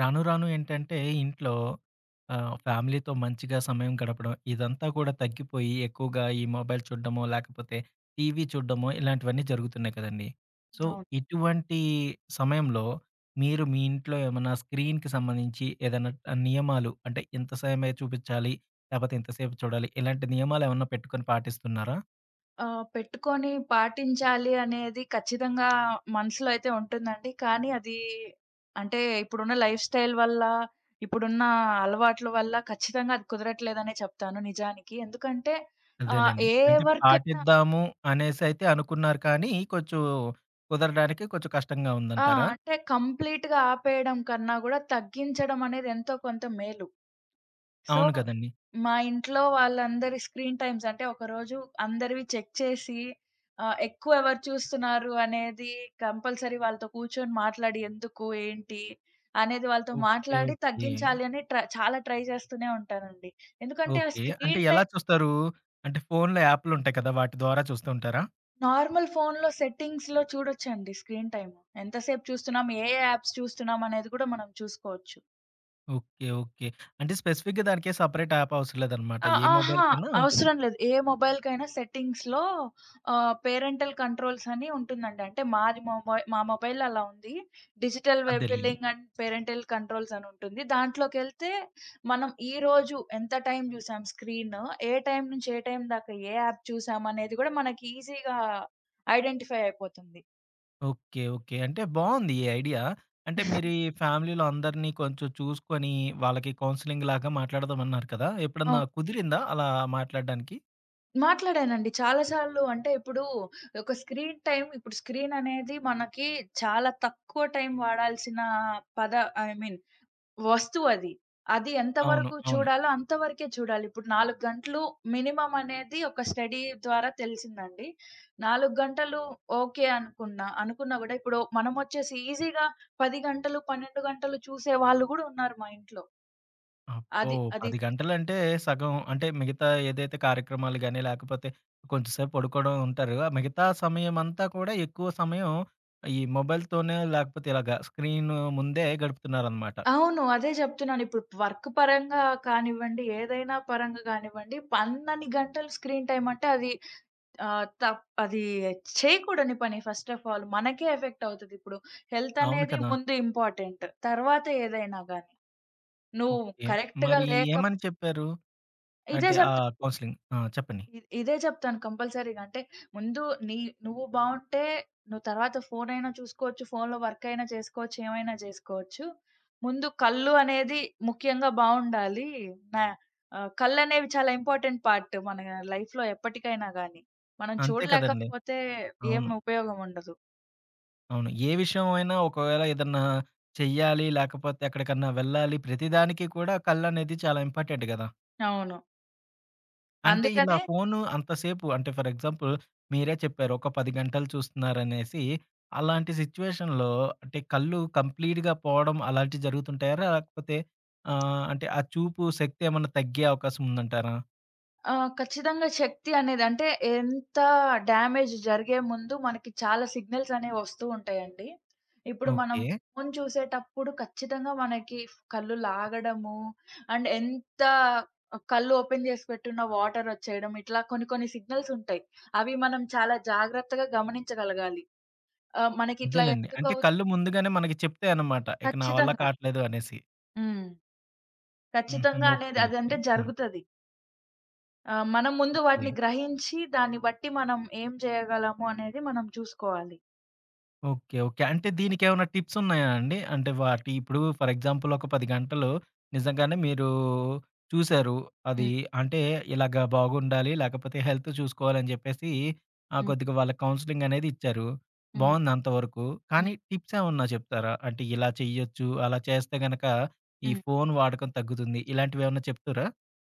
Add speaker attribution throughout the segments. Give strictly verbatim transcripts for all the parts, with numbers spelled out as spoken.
Speaker 1: రాను రాను ఏంటంటే ఇంట్లో ఆహ్, ఫ్యామిలీతో మంచిగా సమయం గడపడం ఇదంతా కూడా తగ్గిపోయి ఎక్కువగా ఈ మొబైల్ చూడడమో, లేకపోతే టీవీ చూడడమో ఇలాంటివన్నీ జరుగుతున్నాయి కదండీ. సో,
Speaker 2: అవును.
Speaker 1: ఇటువంటి సమయంలో మీరు మీ ఇంట్లో ఏమన్నా స్క్రీన్‌కి సంబంధించి ఏదైనా ఆహ్, నియమాలు అంటే ఇంత సమయమే చూపించాలి, లేకపోతే ఇంతసేపు చూడాలి ఇలాంటి నియమాలు ఏమన్నా పెట్టుకొని పాటిస్తున్నారా?
Speaker 2: ఆహ్, పెట్టుకొని పాటించాలి అనేది ఖచ్చితంగా మనసులో అయితే ఉంటుందండి. కానీ అది అంటే ఇప్పుడున్న లైఫ్ స్టైల్ వల్ల, ఇప్పుడున్న అలవాట్ల వల్ల ఖచ్చితంగా అది కుదరట్లేదనే చెప్తాను నిజానికి. ఎందుకంటే ఆహ్,
Speaker 1: అదేలెండి.
Speaker 2: ఏ
Speaker 1: అంటే
Speaker 2: వర్కైనా
Speaker 1: పాటిద్దాము అనేసైతే అనుకున్నారు కానీ కొంచెం కుదరడానికి కొంచెం కష్టంగా
Speaker 2: ఆ!
Speaker 1: ఉందంటారా?
Speaker 2: అంటే కంప్లీట్‌గా ఆపేయడం కన్నా గూడా తగ్గించడం అనేది ఎంతో కొంత మేలు. సో,
Speaker 1: అవును కదండీ.
Speaker 2: మా ఇంట్లో వాళ్ళందరి స్క్రీన్ టైమ్స్ అంటే ఒకరోజు అందరివి చెక్ చేసి ఆహ్, ఎక్కువ ఎవరు చూస్తున్నారు అనేది కంపల్సరీ వాళ్ళతో కూర్చొని మాట్లాడి ఎందుకు, ఏంటి అనేది వాళ్ళతో
Speaker 1: ఓకే.
Speaker 2: మాట్లాడి
Speaker 1: ఓకే.
Speaker 2: తగ్గించాలి అని ట్ర చాలా ట్రై చేస్తూనే ఉంటానండి. ఎందుకంటే ఆ
Speaker 1: ఓకే. అంటే
Speaker 2: స్క్రీన్
Speaker 1: ఎలా
Speaker 2: టైమ్
Speaker 1: చూస్తారు? అంటే ఫోన్‌లో యాప్‌లుంటాయి కదా! వాటి ద్వారా చూస్తూ ఉంటారా?
Speaker 2: నార్మల్ ఫోన్‌లో సెట్టింగ్స్‌లో చూడొచ్చండి స్క్రీన్ టైమ్. ఎంతసేపు చూస్తున్నాం, ఏ యాప్స్ చూస్తున్నాం అనేది కూడా మనం చూసుకోవచ్చు.
Speaker 1: ఓకే. ఓకే. అంటే స్పెసిఫిక్‌గా దానికే సెపరేట్ యాప్ అవసరం లేదనమాట.
Speaker 2: ఆ!
Speaker 1: ఏ
Speaker 2: అహా!
Speaker 1: మొబైల్‌కైనా ఉంటుంది.
Speaker 2: అవసరం లేదు. ఏ మొబైల్‌కైనా సెట్టింగ్స్‌లో ఆహ్, పేరెంటల్ కంట్రోల్స్ అని ఉంటుందండి. అంటే మాది మొబై మా మొబైల్‌లో అలా ఉంది. డిజిటల్ వెబ్
Speaker 1: అదేలెండి.
Speaker 2: బిల్లింగ్ అండ్ పేరెంటల్ కంట్రోల్స్ అని ఉంటుంది. దాంట్లోకెళ్తే మనం ఈరోజు ఎంత టైం చూసాం స్క్రీన్, ఏ టైం నుంచి ఏ టైం దాకా ఏ యాప్ చూసాం అనేది కూడా మనకి ఈజీగా ఐడెంటిఫై అయిపోతుంది.
Speaker 1: ఓకే. ఓకే. అంటే బావుంది ఈ ఐడియా. అంటే మీరు ఈ ఫ్యామిలీలో అందరిని కొంచెం చూసుకొని వాళ్ళకి కౌన్సెలింగ్‌లాగా మాట్లాడదామన్నారు కదా! ఎప్పుడన్నా
Speaker 2: అవును.
Speaker 1: కుదిరిందా అలా మాట్లాడడానికి?
Speaker 2: మాట్లాడానండి. చాలా సార్లు అంటే ఇప్పుడు ఒక స్క్రీన్ టైమ్ ఇప్పుడు స్క్రీన్ అనేది మనకి చాలా తక్కువ టైం వాడాల్సిన పద ఐ మీన్ వస్తువు అది. అది
Speaker 1: అవును.
Speaker 2: ఎంతవరకు
Speaker 1: అవును.
Speaker 2: చూడాలో అంతవరకే చూడాలి. ఇప్పుడు నాలుగు గంటలు మినిమమ్ అనేది ఒక స్టడీ ద్వారా తెలిసిందండి. నాలుగు గంటలు ఓకే అనుకున్నా, అనుకున్నా గూడా ఇప్పుడు మనమొచ్చేసి ఈజీగా పది గంటలు, పన్నెండు గంటలు చూసే వాళ్ళు గూడా ఉన్నారు మా ఇంట్లో.
Speaker 1: అబ్బో!
Speaker 2: అది అది
Speaker 1: పది గంటలంటే సగం అంటే మిగతా ఏదైతే కార్యక్రమాలు గాని, లేకపోతే కొంచెంసేపు పడుకోవడం ఉంటారు. ఆ మిగతా సమయమంతా కూడా ఎక్కువ సమయం ఈ మొబైల్‌తోనే లేకపోతే ఇలాగ స్క్రీన్ ముందే గడుపుతున్నారనమాట.
Speaker 2: అవును. అదే జెప్తున్నాను. ఇప్పుడు వర్క్ పరంగా కానివ్వండి, ఏదైనా పరంగా గానివ్వండి, పన్నెన్ని గంటలు స్క్రీన్ టైమ్ అంటే అది ఆహ్, తప్ అది చేయకూడని పని ఫస్ట్ ఆఫ్ ఆల్. మనకే ఎఫెక్ట్ అవుతది. ఇప్పుడు హెల్త్
Speaker 1: అవును
Speaker 2: అనేది
Speaker 1: కదా!
Speaker 2: ముందు ఇంపార్టెంట్. తర్వాత ఏదైనా గాని. నువ్వు
Speaker 1: ఓకే.
Speaker 2: కరెక్ట్‌గా
Speaker 1: మరి
Speaker 2: లేక
Speaker 1: ఏమని చెప్పారు?
Speaker 2: ఇదే
Speaker 1: అంటే
Speaker 2: చెప్
Speaker 1: ఆ కౌన్సెలింగ్. ఆ! చెప్పండి.
Speaker 2: ఇ ఇదే చెప్తాను కంపల్సరీగా. అంటే ముందు నీ నువ్వు బావుంటే నువ్వు తర్వాత ఫోనయినా చూసుకోవచ్చు. ఫోన్‌లో వర్క్ అయినా చేసుకోవచ్చు. ఏమైనా జేసుకోవచ్చు. ముందు కళ్ళు అనేది ముఖ్యంగా బావుండాలి. నా ఆహ్, కళ్ళనేవి చాలా ఇంపార్టెంట్ పార్ట్ మన లైఫ్‌లో ఎప్పటికైనా గాని. మనం
Speaker 1: అంతే కదండీ.
Speaker 2: చూడలేకపోతే ఏం
Speaker 1: అవును.
Speaker 2: ఉపయోగం ఉండదు.
Speaker 1: అవును. ఏ విషయమైనా ఒకవేళ ఏదన్నా చెయ్యాలి, లేకపోతే ఎక్కడికన్నా వెళ్ళాలి, ప్రతిదానికి కూడా కళ్ళనేది చాలా ఇంపార్టెంట్ గదా!
Speaker 2: అవును.
Speaker 1: అంటే ఇలా
Speaker 2: అందుకనే
Speaker 1: ఫోను అంతసేపు అంటే ఫర్ ఎగ్జాంపుల్ మీరే చెప్పారు. ఒక పది గంటలు చూస్తున్నారనేసి. అలాంటి సిట్యుయేషన్‌లో అంటే కళ్ళు కంప్లీట్‌గా పోవడం అలాంటివి జరుగుతుంటాయా? లేకపోతే ఆహ్, అంటే ఆ చూపు శక్తి ఏమన్నా తగ్గే అవకాశం ఉందంటారా?
Speaker 2: ఆ! ఖచ్చితంగా శక్తి అనేది అంటే ఎంత డ్యామేజ్ జరిగే ముందు మనకి చాలా సిగ్నల్స్ అనేవి వస్తూ ఉంటాయండి. ఇప్పుడు మనం
Speaker 1: ఓకే.
Speaker 2: ఫోను చూసేటప్పుడు ఖచ్చితంగా మనకి కళ్ళు లాగడము, అండ్ ఎంత కళ్ళు ఓపెన్ చేసి పెట్టున్న వాటర్ వచ్చేయడం ఇట్లా కొన్ని కొన్ని సిగ్నల్స్ ఉంటాయి. అవి మనం చాలా జాగ్రత్తగా గమనించగలగాలి. ఆహ్, మనకిట్లా
Speaker 1: అదేలెండి. అంటే
Speaker 2: ఎందుకవుతు
Speaker 1: కళ్ళు ముందుగానే మనకి చెప్తాయన్నమాట. ఇక నా వల్ల
Speaker 2: ఖచ్చితంగా.
Speaker 1: కాట్లేదు అనేసి.
Speaker 2: హ్మ్.
Speaker 1: హుహు.
Speaker 2: ఖచ్చితంగా అనేది
Speaker 1: ఓకే. ఓకే.
Speaker 2: అదంటే
Speaker 1: హ్మ్.
Speaker 2: జరుగుతది. ఆ! మనం ముందు
Speaker 1: ఓకే.
Speaker 2: వాటిని గ్రహించి దాన్ని బట్టి మనం ఏం చేయగలము అనేది మనం చూసుకోవాలి.
Speaker 1: ఓకే. ఓకే. అంటే దీనికేమన్నా టిప్సున్నాయా అండి? అంటే వాటి ఇప్పుడు ఫర్ ఎగ్జాంపుల్ ఒక పది గంటలు నిజంగానే మీరు చూసారు. అది
Speaker 2: హ్మ్.
Speaker 1: అంటే ఇలాగ బాగుండాలి, లేకపోతే హెల్త్ చూసుకోవాలని జెప్పేసి ఆహ్,
Speaker 2: హ్మ్.
Speaker 1: కొద్దిగా వాళ్ళకి కౌన్సెలింగ్ అనేది ఇచ్చారు.
Speaker 2: హ్మ్.
Speaker 1: బావుంది అంతవరకు.
Speaker 2: హ్మ్.
Speaker 1: కానీ టిప్సేమన్నా చెప్తారా? అంటే ఇలా చెయ్యొచ్చు, అలా చేస్తే గనక ఈ
Speaker 2: హ్మ్.
Speaker 1: ఫోను వాడకం తగ్గుతుంది. ఇలాంటివేమన్నా చెప్తారా?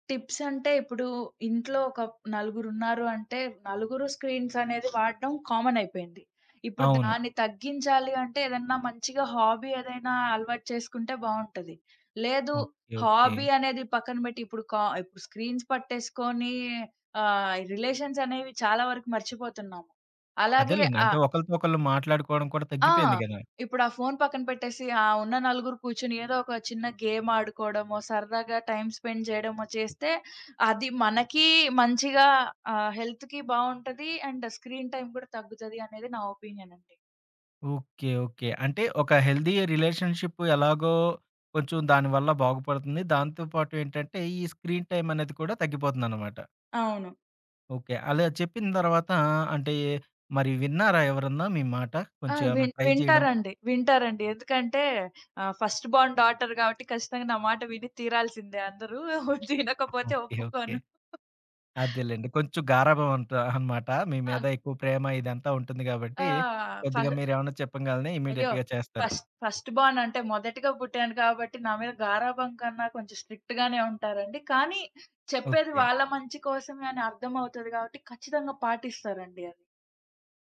Speaker 2: టిప్స్ అంటే ఇప్పుడు ఇంట్లో ఒక నలుగురున్నారు అంటే నలుగురు స్క్రీన్స్ అనేది వాడడం కామన్ అయిపోయింది. ఇప్పుడు
Speaker 1: అవును.
Speaker 2: దాన్ని తగ్గించాలి అంటే ఏదన్నా మంచిగా హాబీ ఏదైనా అలవాటు చేసుకుంటే బావుంటది. లేదు
Speaker 1: ఓకే. ఓకే.
Speaker 2: హాబీ అనేది పక్కన పెట్టి ఇప్పుడు కా ఇప్పుడు స్క్రీన్స్ పట్టేసుకొని ఆహ్, రిలేషన్స్ అనేవి చాలా వరకు మర్చిపోతున్నాము. అలాగే
Speaker 1: అదేలెండి.
Speaker 2: ఆ
Speaker 1: అంటే ఒకళ్ళతో ఒకళ్ళు మాట్లాడుకోవడం కూడా
Speaker 2: ఆ!
Speaker 1: తగ్గిపోయింది గదా!
Speaker 2: ఇప్పుడు ఆ ఫోను పక్కన పెట్టేసి, ఆ ఉన్న నలుగురు కూర్చొని ఏదో ఒక చిన్న గేమ్ ఆడుకోవడమో, సరదాగా టైమ్ స్పెండ్ చేయడమో చేస్తే, అది మనకి మంచిగా ఆహ్, హెల్త్‌కి బావుంటది. అండ్ స్క్రీన్ టైమ్ కూడా తగ్గుతది అనేది నా ఒపీనియన్ అండి.
Speaker 1: ఓకే. ఓకే. అంటే ఒక హెల్తీ రిలేషన్‌షిప్ ఎలాగో కొంచెం దానివల్ల బాగుపడుతుంది. దాంతో పాటు ఏంటంటే ఈ స్క్రీన్ టైమ్ అనేది కూడా తగ్గిపోతుందనమాట.
Speaker 2: అవును.
Speaker 1: ఓకే. అలా చెప్పిన తర్వాత అంటే మరి విన్నారా ఎవరన్నా మీ మాట?
Speaker 2: ఆ!
Speaker 1: కొంచెం ఏమన్నా
Speaker 2: విన్
Speaker 1: ట్రై చేయడం
Speaker 2: వింటారండి. వింటారండి. ఎందుకంటే ఆహ్, ఫస్ట్ బోర్న్ డాటర్ కాబట్టి ఖచ్చితంగా నా మాట విని తీరాల్సిందే అందరూ. వినకపోతే
Speaker 1: ఓకే. ఓకే.
Speaker 2: ఒప్పుకోను.
Speaker 1: అదేలెండి. కొంచెం గారాబం అంట అనమాట. మీ
Speaker 2: ఆ!
Speaker 1: మీద ఎక్కువ ప్రేమ ఇదంతా ఉంటుంది
Speaker 2: ఆ!
Speaker 1: కాబట్టి
Speaker 2: ఫ
Speaker 1: కొద్దిగా మీరేమన్నా చెప్పంగాల్నే
Speaker 2: అయ్యో!
Speaker 1: ఇమ్మీడియేట్‌గా చేస్తారు.
Speaker 2: ఫస్ట్ ఫస్ట్ బోర్న్ అంటే మొదటిగా పుట్టాను కాబట్టి నా మీద గారాబం కన్నా కొంచెం స్ట్రిక్ట్ గానే ఉంటారండి. కానీ చెప్పేది
Speaker 1: ఓకే.
Speaker 2: వాళ్ళ మంచి కోసమే అని అర్థమవుతది కాబట్టి ఖచ్చితంగా పాటిస్తారండి అది.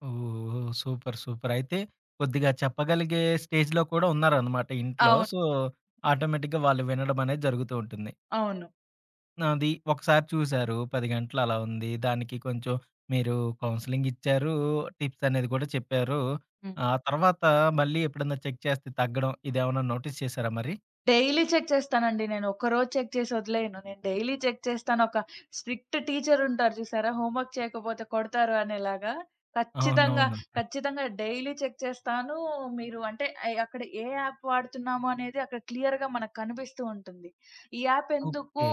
Speaker 1: ఓహ్! సూపర్. సూపర్. అయితే కొద్దిగా చెప్పగలిగే స్టేజ్‌లో కూడా ఉన్నారనమాట ఇంట్లో.
Speaker 2: అవును.
Speaker 1: సో, ఆటోమేటిక్‌గా వాళ్ళు వినడం అనేది జరుగుతూ ఉంటుంది.
Speaker 2: అవును.
Speaker 1: అది ఒకసారి చూసారు పది గంటలు అలా ఉంది. దానికి కొంచెం మీరు కౌన్సెలింగ్ ఇచ్చారు. టిప్స్ అనేది కూడా చెప్పారు.
Speaker 2: హ్మ్.
Speaker 1: ఆ తర్వాత మళ్ళీ ఎప్పుడన్నా చెక్ చేస్తే తగ్గడం ఇదేమన్నా నోటీస్ చేసారా మరి?
Speaker 2: డైలీ చెక్ చేస్తానండి నేను. ఒక్కరోజు చెక్ చేసి వదిలేయను. నేను డైలీ చెక్ చేస్తాను. ఒక స్ట్రిక్ట్ టీచర్ ఉంటారు చూసారా? హోంవర్క్ చేయకపోతే కొడతారు అనేలాగా. ఖచ్చితంగా,
Speaker 1: అవునవును.
Speaker 2: ఖచ్చితంగా డైలీ చెక్ చేస్తాను. మీరు అంటే అయ్ అక్కడ ఏ యాప్ వాడుతున్నాము అనేది అక్కడ క్లియర్‌గా మనకు కనిపిస్తూ ఉంటుంది. ఈ యాప్ ఎందుకు,
Speaker 1: ఓకే.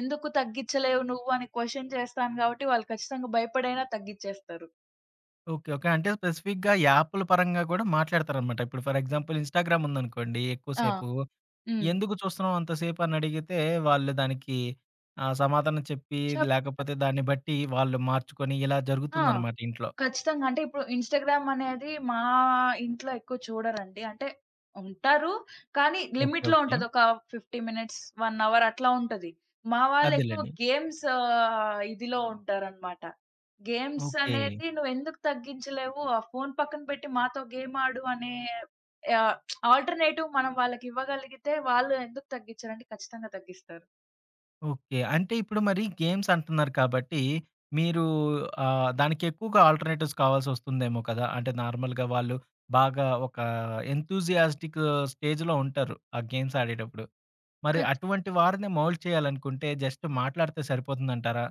Speaker 2: ఎందుకు తగ్గించలేవు నువ్వు అని క్వెషన్ చేస్తాను కాబట్టి, వాళ్ళు ఖచ్చితంగా భయపడైనా తగ్గిచ్చేస్తారు.
Speaker 1: ఓకే. ఓకే. అంటే స్పెసిఫిక్‌గా యాపుల పరంగా కూడా మాట్లాడతారనమాట. ఇప్పుడు ఫర్ ఎగ్జాంపుల్ ఇన్‌స్టాగ్రామ్ ఉందనుకోండి
Speaker 2: ఆ!
Speaker 1: ఎక్కువసేపు
Speaker 2: హ్మ్.
Speaker 1: ఎందుకు చూస్తున్నాం అంత సేపు అని అడిగితే, వాళ్ళు దానికి ఆహ్, సమాధానం చెప్పి, లేకపోతే
Speaker 2: చెప్తారు.
Speaker 1: దాన్ని బట్టి వాళ్ళు మార్చుకొని ఇలా
Speaker 2: ఆ!
Speaker 1: జరుగుతుందనమాట ఇంట్లో.
Speaker 2: ఖచ్చితంగా. అంటే ఇప్పుడు ఇన్‌స్టాగ్రామ్ అనేది మా ఇంట్లో ఎక్కువ చూడరండి. అంటే ఉంటారు. కానీ
Speaker 1: ఓకే.
Speaker 2: లిమిట్‌లో
Speaker 1: ఓకే.
Speaker 2: ఉంటది. ఒక యాభై మినిట్స్, ఒక అవర్ అట్లా ఉంటది. మా వాళ్ళు ఎక్కువ
Speaker 1: అదేలెండి.
Speaker 2: గేమ్స్ ఆహ్, ఇదిలో ఉంటారనమాట. Games
Speaker 1: okay.
Speaker 2: అనేది నువ్వెందుకు తగ్గించలేవు? ఆ ఫోను పక్కన పెట్టి మాతో గేమ్ ఆడు అనే ఆహ్, ఆల్టర్‌నేటివ్ మనం వాళ్ళకివ్వగలిగితే వాళ్ళు ఎందుకు తగ్గించరండి? ఖచ్చితంగా తగ్గిస్తారు.
Speaker 1: ఓకే. అంటే ఇప్పుడు మరి గేమ్స్ అంటున్నారు కాబట్టి, మీరు ఆహ్, దానికి ఎక్కువగా ఆల్టర్‌నేటివ్స్ కావాల్సొస్తుందేమో కదా! అంటే నార్మల్‌గా వాళ్ళు బాగా ఒక ఎంతూసియాస్టిక్ స్టేజ్‌లో ఉంటారు. ఆ గేమ్స్ ఆడేటప్పుడు. మరి అటువంటి వారిని మౌల్డ్ చేయాలనుకుంటే జస్ట్ మాట్లాడితే సరిపోతుందంటారా?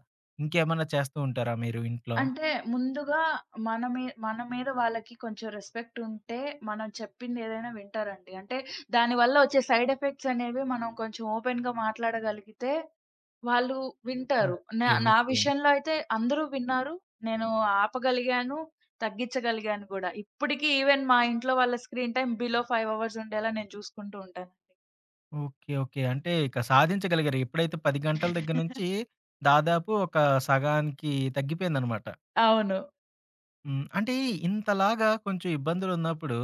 Speaker 1: ఇంకేమన్నా చేస్తూ ఉంటారా మీరు ఇంట్లో?
Speaker 2: అంటే ముందుగా మన మీ మన మీద వాళ్ళకి కొంచెం రెస్పెక్ట్ ఉంటే, మనం చెప్పింది ఏదైనా వింటారండి. అంటే దానివల్ల వచ్చే సైడ్ ఎఫెక్ట్స్ అనేవి మనం కొంచెం ఓపెన్‌గా మాట్లాడగలిగితే, వాళ్ళు వింటారు. నా
Speaker 1: ఓకే.
Speaker 2: నా
Speaker 1: ఓకే.
Speaker 2: విషయంలో అయితే అందరూ విన్నారు. నేను ఆపగలిగాను, తగ్గించగలిగాను గూడా. ఇప్పటికి ఈవెన్ మా ఇంట్లో వాళ్ళ స్క్రీన్ టైమ్ బిలో ఐదు అవర్స్ ఉండేలా నేను చూసుకుంటూ ఉంటానండి.
Speaker 1: ఓకే. ఓకే. అంటే ఇక సాధించగలిగారు. ఎప్పుడైతే పది గంటల దగ్గర నుంచి దాదాపు ఒక సగానికి తగ్గిపోయిందనమాట.
Speaker 2: అవును.
Speaker 1: హ్మ్. అంటే ఇంతలాగా కొంచెం ఇబ్బందులున్నప్పుడు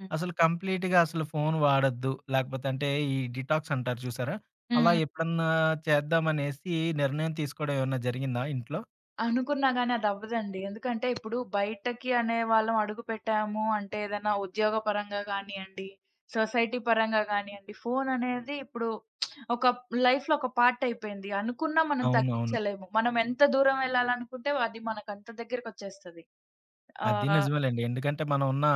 Speaker 2: హ్మ్.
Speaker 1: అసలు కంప్లీట్‌గా అసలు ఫోను వాడొద్దు. లేకపోతే అంటే ఈ డిటాక్స్ అంటారు చూసారా? అలా
Speaker 2: హ్మ్.
Speaker 1: ఎప్పుడన్నా చేద్దామనేసి నిర్ణయం తీసుకోవడం ఏమన్నా జరిగిందా ఇంట్లో?
Speaker 2: అనుకున్నా గాని అదవ్వదండి. ఎందుకంటే ఇప్పుడు బయటకి అనే వాళ్ళం అడుగుపెట్టాము అంటే ఏదైనా ఉద్యోగ పరంగా గానియండి, సొసైటీ పరంగా గానియండి, ఫోను అనేది ఇప్పుడు ఒక లైఫ్‌లో ఒక పార్ట్ అయిపోయింది. అనుకున్నా మనం
Speaker 1: అవునవును.
Speaker 2: తగ్గించలేము. మనం ఎంత దూరం వెళ్ళాలనుకుంటే అది మనకంత దగ్గరకొచ్చేస్తది.
Speaker 1: అది
Speaker 2: ఆహ్,
Speaker 1: నిజమేలెండి. ఎందుకంటే మనం ఉన్న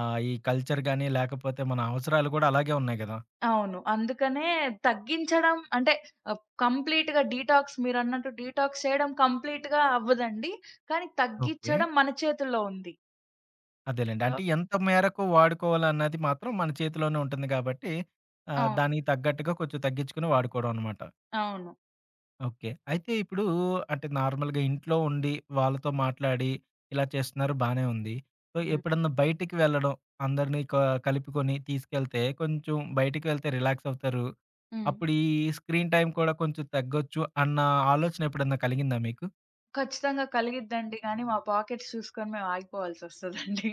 Speaker 1: ఆహ్, ఈ కల్చర్ గాని లేకపోతే మన అవసరాలు కూడా అలాగే ఉన్నాయి గదా!
Speaker 2: అవును. అందుకనే తగ్గించడం అంటే ఆహ్, కంప్లీట్‌గా డీటాక్స్ మీరన్నట్టు డీటాక్స్ చేయడం కంప్లీట్‌గా అవ్వదండి. కానీ
Speaker 1: ఓకే.
Speaker 2: తగ్గించడం మన చేతుల్లో ఉంది.
Speaker 1: అదేలెండి.
Speaker 2: సో
Speaker 1: అంటే ఎంత మేరకు వాడుకోవాలన్నది మాత్రం మన చేతిలోనే ఉంటుంది కాబట్టి, ఆహ్,
Speaker 2: అవును.
Speaker 1: దానికి తగ్గట్టుగా కొంచెం తగ్గించుకొని వాడుకోవడం అనమాట.
Speaker 2: అవును.
Speaker 1: ఓకే. అయితే ఇప్పుడు అంటే నార్మల్‌గా ఇంట్లో ఉండి వాళ్ళతో మాట్లాడి ఇలా చేస్తున్నారు బానే ఉంది. సో,
Speaker 2: హ్మ్.
Speaker 1: ఎప్పుడన్నా బయటికి వెళ్ళడం అందరినీ క కలుపుకొని తీసుకెళ్తే కొంచెం బయటికి వెళ్తే రిలాక్స్ అవుతారు.
Speaker 2: హ్మ్.
Speaker 1: అప్పుడు ఈ స్క్రీన్ టైమ్ కూడా కొంచెం తగ్గొచ్చు అన్న ఆలోచన ఎప్పుడన్నా కలిగిందా మీకు?
Speaker 2: ఖచ్చితంగా కలిగిద్దండి. కానీ మా పాకెట్స్ చూసుకొని మేము ఆగిపోవాల్సొస్తదండి.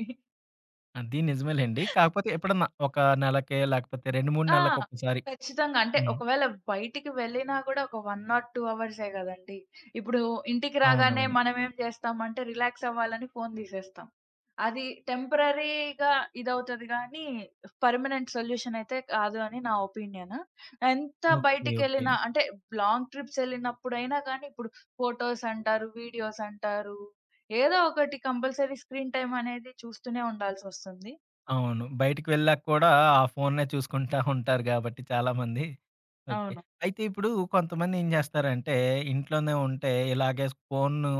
Speaker 1: అది నిజమేలెండి. కాకపోతే ఎప్పుడన్నా ఒక నెలకే లేకపోతే రెండు, మూడు
Speaker 2: ఆ!
Speaker 1: నెలలకొకసారి.
Speaker 2: ఖచ్చితంగా. అంటే
Speaker 1: హ్మ్.
Speaker 2: ఒకవేళ బయటికి వెళ్ళినా గూడా ఒక ఒకటి ఆర్ రెండు అవర్సే గదండీ. ఇప్పుడు ఇంటికి రాగానే
Speaker 1: అవునవును.
Speaker 2: మనమేం జేస్తామంటే రిలాక్స్ అవ్వాలని ఫోన్ తీసేస్తాం. అది టెంపరరీగా ఇదవుతది గానీ, పర్మనెంట్ సొల్యూషన్ అయితే కాదు అని నా ఒపీనియన్. ఎంత
Speaker 1: ఓకే. ఓకే.
Speaker 2: బయటికెళ్ళినా అంటే లాంగ్ ట్రిప్స్ ఎళ్ళినప్పుడైనా గానీ, ఇప్పుడు ఫోటోస్ అంటారు, వీడియోస్ అంటారు. ఏదో ఒకటి కంపల్సరీ స్క్రీన్ టైమ్ అనేది చూస్తూనే ఉండాల్సొస్తుంది.
Speaker 1: అవును. బయటికి వెళ్ళాక కూడా ఆ ఫోన్‌నే చూసుకుంటా ఉంటారు గాబట్టి చాలామంది. ఓకే.
Speaker 2: అవును.
Speaker 1: అయితే ఇప్పుడు కొంతమంది ఏం చేస్తారంటే, ఇంట్లోనే ఉంటే ఇలాగే ఫోన్‌ను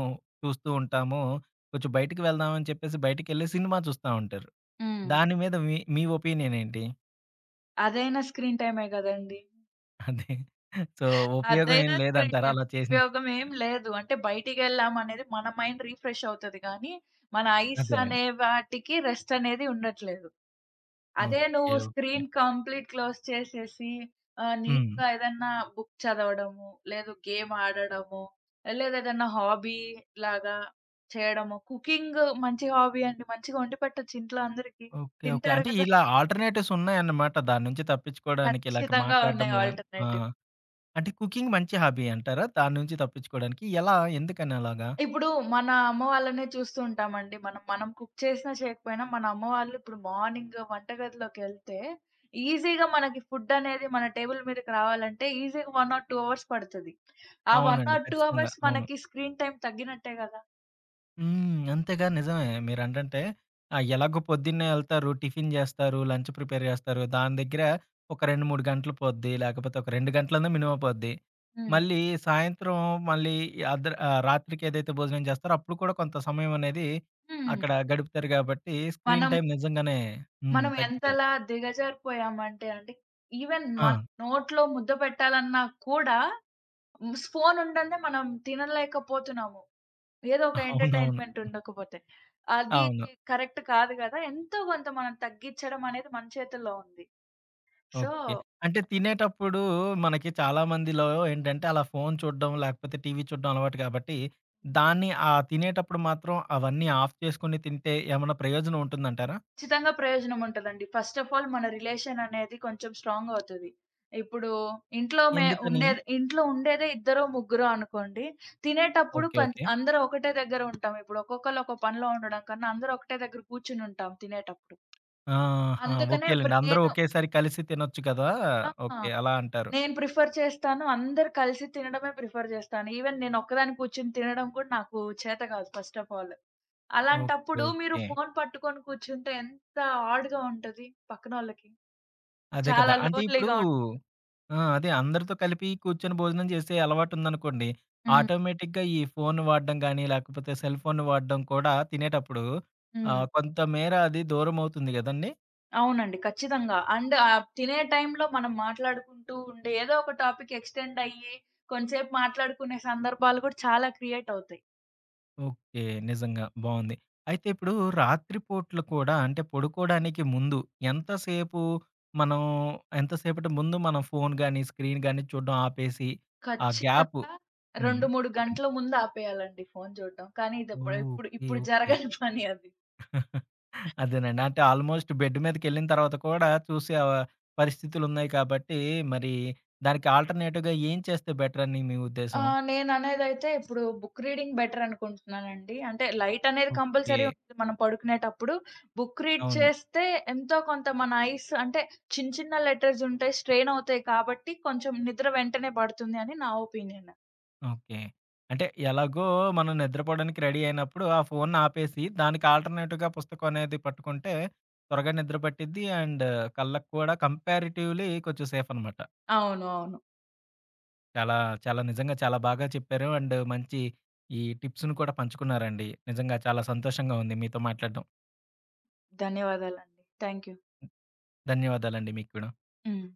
Speaker 1: చూస్తూ ఉంటాము. కొంచెం బయటికి వెళ్దాం అని చెప్పేసి బయటికెళ్ళి సినిమా చూస్తా ఉంటారు.
Speaker 2: హ్మ్.
Speaker 1: దాని మీద మీ మీ ఒపీనియన్ ఏంటి?
Speaker 2: అదైనా స్క్రీన్ టైమే గదండీ!
Speaker 1: అదే. సో, ఉపయోగం ఏం
Speaker 2: అదైనా స్క్రీన్
Speaker 1: లేదంటారా
Speaker 2: టైమ్.
Speaker 1: అలా చేసిన?
Speaker 2: ఉపయోగం ఏం లేదు. అంటే బయటికెళ్ళామనేది మన మైండ్ రిఫ్రెష్ అవుతది గానీ, మన ఐస్
Speaker 1: అదేలెండి.
Speaker 2: అనే వాటికి రెస్ట్ అనేది ఉండట్లేదు. అదే నువ్వు
Speaker 1: okay. Okay.
Speaker 2: Screen complete close చేసేసి ఆహ్,
Speaker 1: హ్మ్.
Speaker 2: నీట్‌గా ఏదన్నా బుక్ చదవడము, లేదు గేమ్ ఆడడము, లేదా ఏదన్నా హాబీ లాగా చేయడము. కుకింగ్ మంచి హాబీ అండి. మంచిగా వండి పెట్టొచ్చు ఇంట్లో అందరికి.
Speaker 1: ఓకే. ఓకే.
Speaker 2: తింటారు
Speaker 1: అంటే
Speaker 2: కదా!
Speaker 1: ఇలా ఆల్టర్‌నేటివ్స్ ఉన్నాయన్నమాట. దాని నుంచి తప్పించుకోవడానికి ఇలాగ
Speaker 2: ఖచ్చితంగా
Speaker 1: మాట్లాడడం
Speaker 2: ఉన్నాయి
Speaker 1: లా ఆ!
Speaker 2: ఆల్టర్‌నేటివ్స్.
Speaker 1: అంటే కుకింగ్ మంచి హాబీ అంటారా? దాని నుంచి తప్పించుకోవడానికి ఎలా? ఎందుకని అలాగా?
Speaker 2: ఇప్పుడు మన అమ్మ వాళ్ళనే చూస్తూ ఉంటామండి. మనం, మనం కుక్ చేసినా చేయకపోయినా మన అమ్మ వాళ్ళు ఇప్పుడు మార్నింగ్ వంటగదిలోకెళ్తే ఈజీగా మనకి ఫుడ్ అనేది మన టేబుల్ మీదకి రావాలంటే ఈజీగా ఒకటి ఆర్ రెండు అవర్స్ పడతది. ఆ ఒకటి
Speaker 1: అవునండి.
Speaker 2: ఆర్ రెండు
Speaker 1: ఖచ్చితంగా.
Speaker 2: అవర్స్
Speaker 1: అవును.
Speaker 2: మనకి స్క్రీన్ టైమ్ తగ్గినట్టే గదా!
Speaker 1: హ్మ్. అంతేగా నిజమే. మీరంటంటే ఆహ్, ఎలాగో పొద్దున్నే ఎళ్తారు. టిఫిన్ జేస్తారు. లంచ్ ప్రిపేర్ జేస్తారు. దాని దగ్గర ఒక రెండు, మూడు గంటలు పోద్ది. లేకపోతే ఒక రెండు గంటలన్నా మినిమమ్ పోద్ది.
Speaker 2: హ్మ్.
Speaker 1: మళ్ళీ సాయంత్రం మళ్ళీ అద్ర ఆహ్, రాత్రికి ఏదైతే భోజనం జేస్తారో అప్పుడు కూడా కొంత సమయం అనేది
Speaker 2: హ్మ్.
Speaker 1: అక్కడ గడుపుతారు గాబట్టి స్క్రీన్
Speaker 2: మనం,
Speaker 1: టైమ్ నిజంగానే హ్మ్.
Speaker 2: మనం
Speaker 1: తగ్గుతది.
Speaker 2: ఎంతలా దిగజారిపోయామంటే అండి ఈవెన్
Speaker 1: ఆ!
Speaker 2: మన నోట్లో ముద్ద పెట్టాలన్నా కూడా స్ ఫోను ఉండందే మనం తినలేకపోతున్నాము. ఏదో ఒక
Speaker 1: అవునవును.
Speaker 2: ఎంటర్‌టైన్‌మెంట్ ఉండకపోతే. అది
Speaker 1: అవును.
Speaker 2: కరెక్ట్ కాదు గదా! ఎంతో కొంత మనం తగ్గిచ్చడం అనేది మన చేతుల్లో ఉంది. So,
Speaker 1: okay. అంటే తినేటప్పుడు మనకి చాలా మందిలో ఏంటంటే అలా ఫోను చూడడం, లేకపోతే టీవీ చూడడం అలవాటు కాబట్టి, దాన్ని ఆ తినేటప్పుడు మాత్రం అవన్నీ ఆఫ్ చేసుకొని తింటే ఏమన్నా ప్రయోజనం ఉంటుందంటారా?
Speaker 2: ఖచ్చితంగా ప్రయోజనం ఉంటదండి. ఫస్ట్ ఆఫ్ ఆల్ మన రిలేషన్ అనేది కొంచెం స్ట్రాంగ్ అవుతది. ఇప్పుడు ఇంట్లో మే
Speaker 1: ఎందుకని?
Speaker 2: ఉండేది ఇంట్లో ఉండేదే ఇద్దరో, ముగ్గురో అనుకోండి. తినేటప్పుడు
Speaker 1: ఓకే.
Speaker 2: కొం
Speaker 1: ఓకే.
Speaker 2: అందరూ ఒకటే దగ్గర ఉంటాం. ఇప్పుడు ఒక్కొక్కళ్ళు ఒక్కో పనిలో ఉండడం కన్నా అందరూ ఒకటే దగ్గర కూర్చుని ఉంటాం తినేటప్పుడు.
Speaker 1: ఆహా!
Speaker 2: అందుకనే ఇప్పుడు
Speaker 1: ఓకేలెండి. అందరూ
Speaker 2: నేను
Speaker 1: ఒకేసారి కలిసి తినొచ్చు కదా!
Speaker 2: ఆ!
Speaker 1: ఓకే. అలా అంటారు.
Speaker 2: నేను ప్రిఫర్ చేస్తాను. అందరూ కలిసి తినడమే ప్రిఫర్ చేస్తాను. ఈవెన్ నేనొక్కదాన్ని కూర్చొని తినడం కూడా నాకు చేత కాదు ఫస్ట్ ఆఫ్ ఆల్.
Speaker 1: ఓకే.
Speaker 2: అలాంటప్పుడు మీరు
Speaker 1: ఓకే.
Speaker 2: ఫోను పట్టుకొని కూర్చుంటే ఎంత ఆడ్‌గా ఉంటది పక్కనోళ్ళకి.
Speaker 1: అదే కదా!
Speaker 2: చాలా
Speaker 1: అంటే ఇప్పుడు
Speaker 2: లోన్‌లీ‌గా ఉం
Speaker 1: ఆ! అదే అందరితో కలిపి కూర్చొని భోజనం చేసే అలవాటుందనుకోండి.
Speaker 2: హ్మ్.
Speaker 1: ఆటోమేటిక్‌గా ఈ ఫోన్ వాడడం గానీ, లేకపోతే సెల్ ఫోన్ వాడడం కూడా తినేటప్పుడు
Speaker 2: హ్మ్.
Speaker 1: ఆహ్, కొంతమేర అది దూరమవుతుంది గదండీ!
Speaker 2: అవునండి. ఖచ్చితంగా. అండ్ ఆహ్, తినే టైంలో మనం మాట్లాడుకుంటూ ఉండే ఏదో ఒక టాపిక్ ఎక్స్‌టెండ్ అయ్యి కొంచేపు మాట్లాడుకునే సందర్భాలు కూడా చాలా క్రియేట్ అవుతాయి.
Speaker 1: ఓకే. నిజంగా బావుంది. అయితే ఇప్పుడు రాత్రి పూటలు కూడా అంటే పడుకోవడానికి ముందు ఎంత సేపు మనం ఎంతసేపటి ముందు మనం ఫోన్ గానీ, స్క్రీన్ గానీ చూడడం ఆపేసి ఆ గ్యాప్
Speaker 2: ఖచ్చితంగా
Speaker 1: హ్మ్.
Speaker 2: రెండు, మూడు
Speaker 1: చెప్పండి.
Speaker 2: గంటల ముందు ఆపేయాలండి ఫోను చూడడం. కానీ ఇదప్పుడు ఇప్పుడు ఇప్పుడు
Speaker 1: ఓకే.
Speaker 2: ఇప్పుడు
Speaker 1: ఓకే.
Speaker 2: జరగని పని అది.
Speaker 1: అదేనండి. అంటే ఆల్‌మోస్ట్ బెడ్ మీదకెళ్ళిన తర్వాత కూడా చూసే ఆహ్, పరిస్థితులున్నాయి కాబట్టి, మరి దానికి ఆల్టర్‌నేటివ్‌గా ఏం చేస్తే బెటరని మీ ఉద్దేశం?
Speaker 2: ఆహ్, నేననేదైతే ఇప్పుడు బుక్ రీడింగ్ బెటర్ అనుకుంటున్నానండి. అంటే లైట్ అనేది
Speaker 1: ఓకే.
Speaker 2: కంపల్సరీ ఉంటుంది మనం పడుకునేటప్పుడు. బుక్
Speaker 1: ఏ
Speaker 2: రీడ్
Speaker 1: అవును.
Speaker 2: చేస్తే ఎంతో కొంత మన ఐస్ అంటే చిన్న చిన్న లెటర్స్ ఉంటాయి. స్ట్రెయిన్ అవుతాయి కాబట్టి కొంచెం నిద్ర వెంటనే పడుతుంది అని నా ఒపీనియన్.
Speaker 1: ఓకే. అంటే ఎలాగో మనం నిద్రపోవడానికి రెడీ అయినప్పుడు ఆ ఫోన్‌ని ఆపేసి, దానికి ఆల్టర్‌నేటివ్‌గా పుస్తకం అనేది పట్టుకుంటే త్వరగా నిద్ర పట్టిద్ది. అండ్ కళ్ళకి కూడా కంపారిటివ్‌లీ కొంచెం సేఫ్ అనమాట.
Speaker 2: అవును. అవును.
Speaker 1: చాలా, చాలా నిజంగా చాలా బాగా చెప్పారు. అండ్ మంచి ఈ టిప్స్‌ని కూడా పంచుకున్నారండి. నిజంగా చాలా సంతోషంగా ఉంది మీతో మాట్లాడడం.
Speaker 2: ధన్యవాదాలండి. Thank you.
Speaker 1: ధన్యవాదాలండి మీకు కూడా.
Speaker 2: హ్మ్.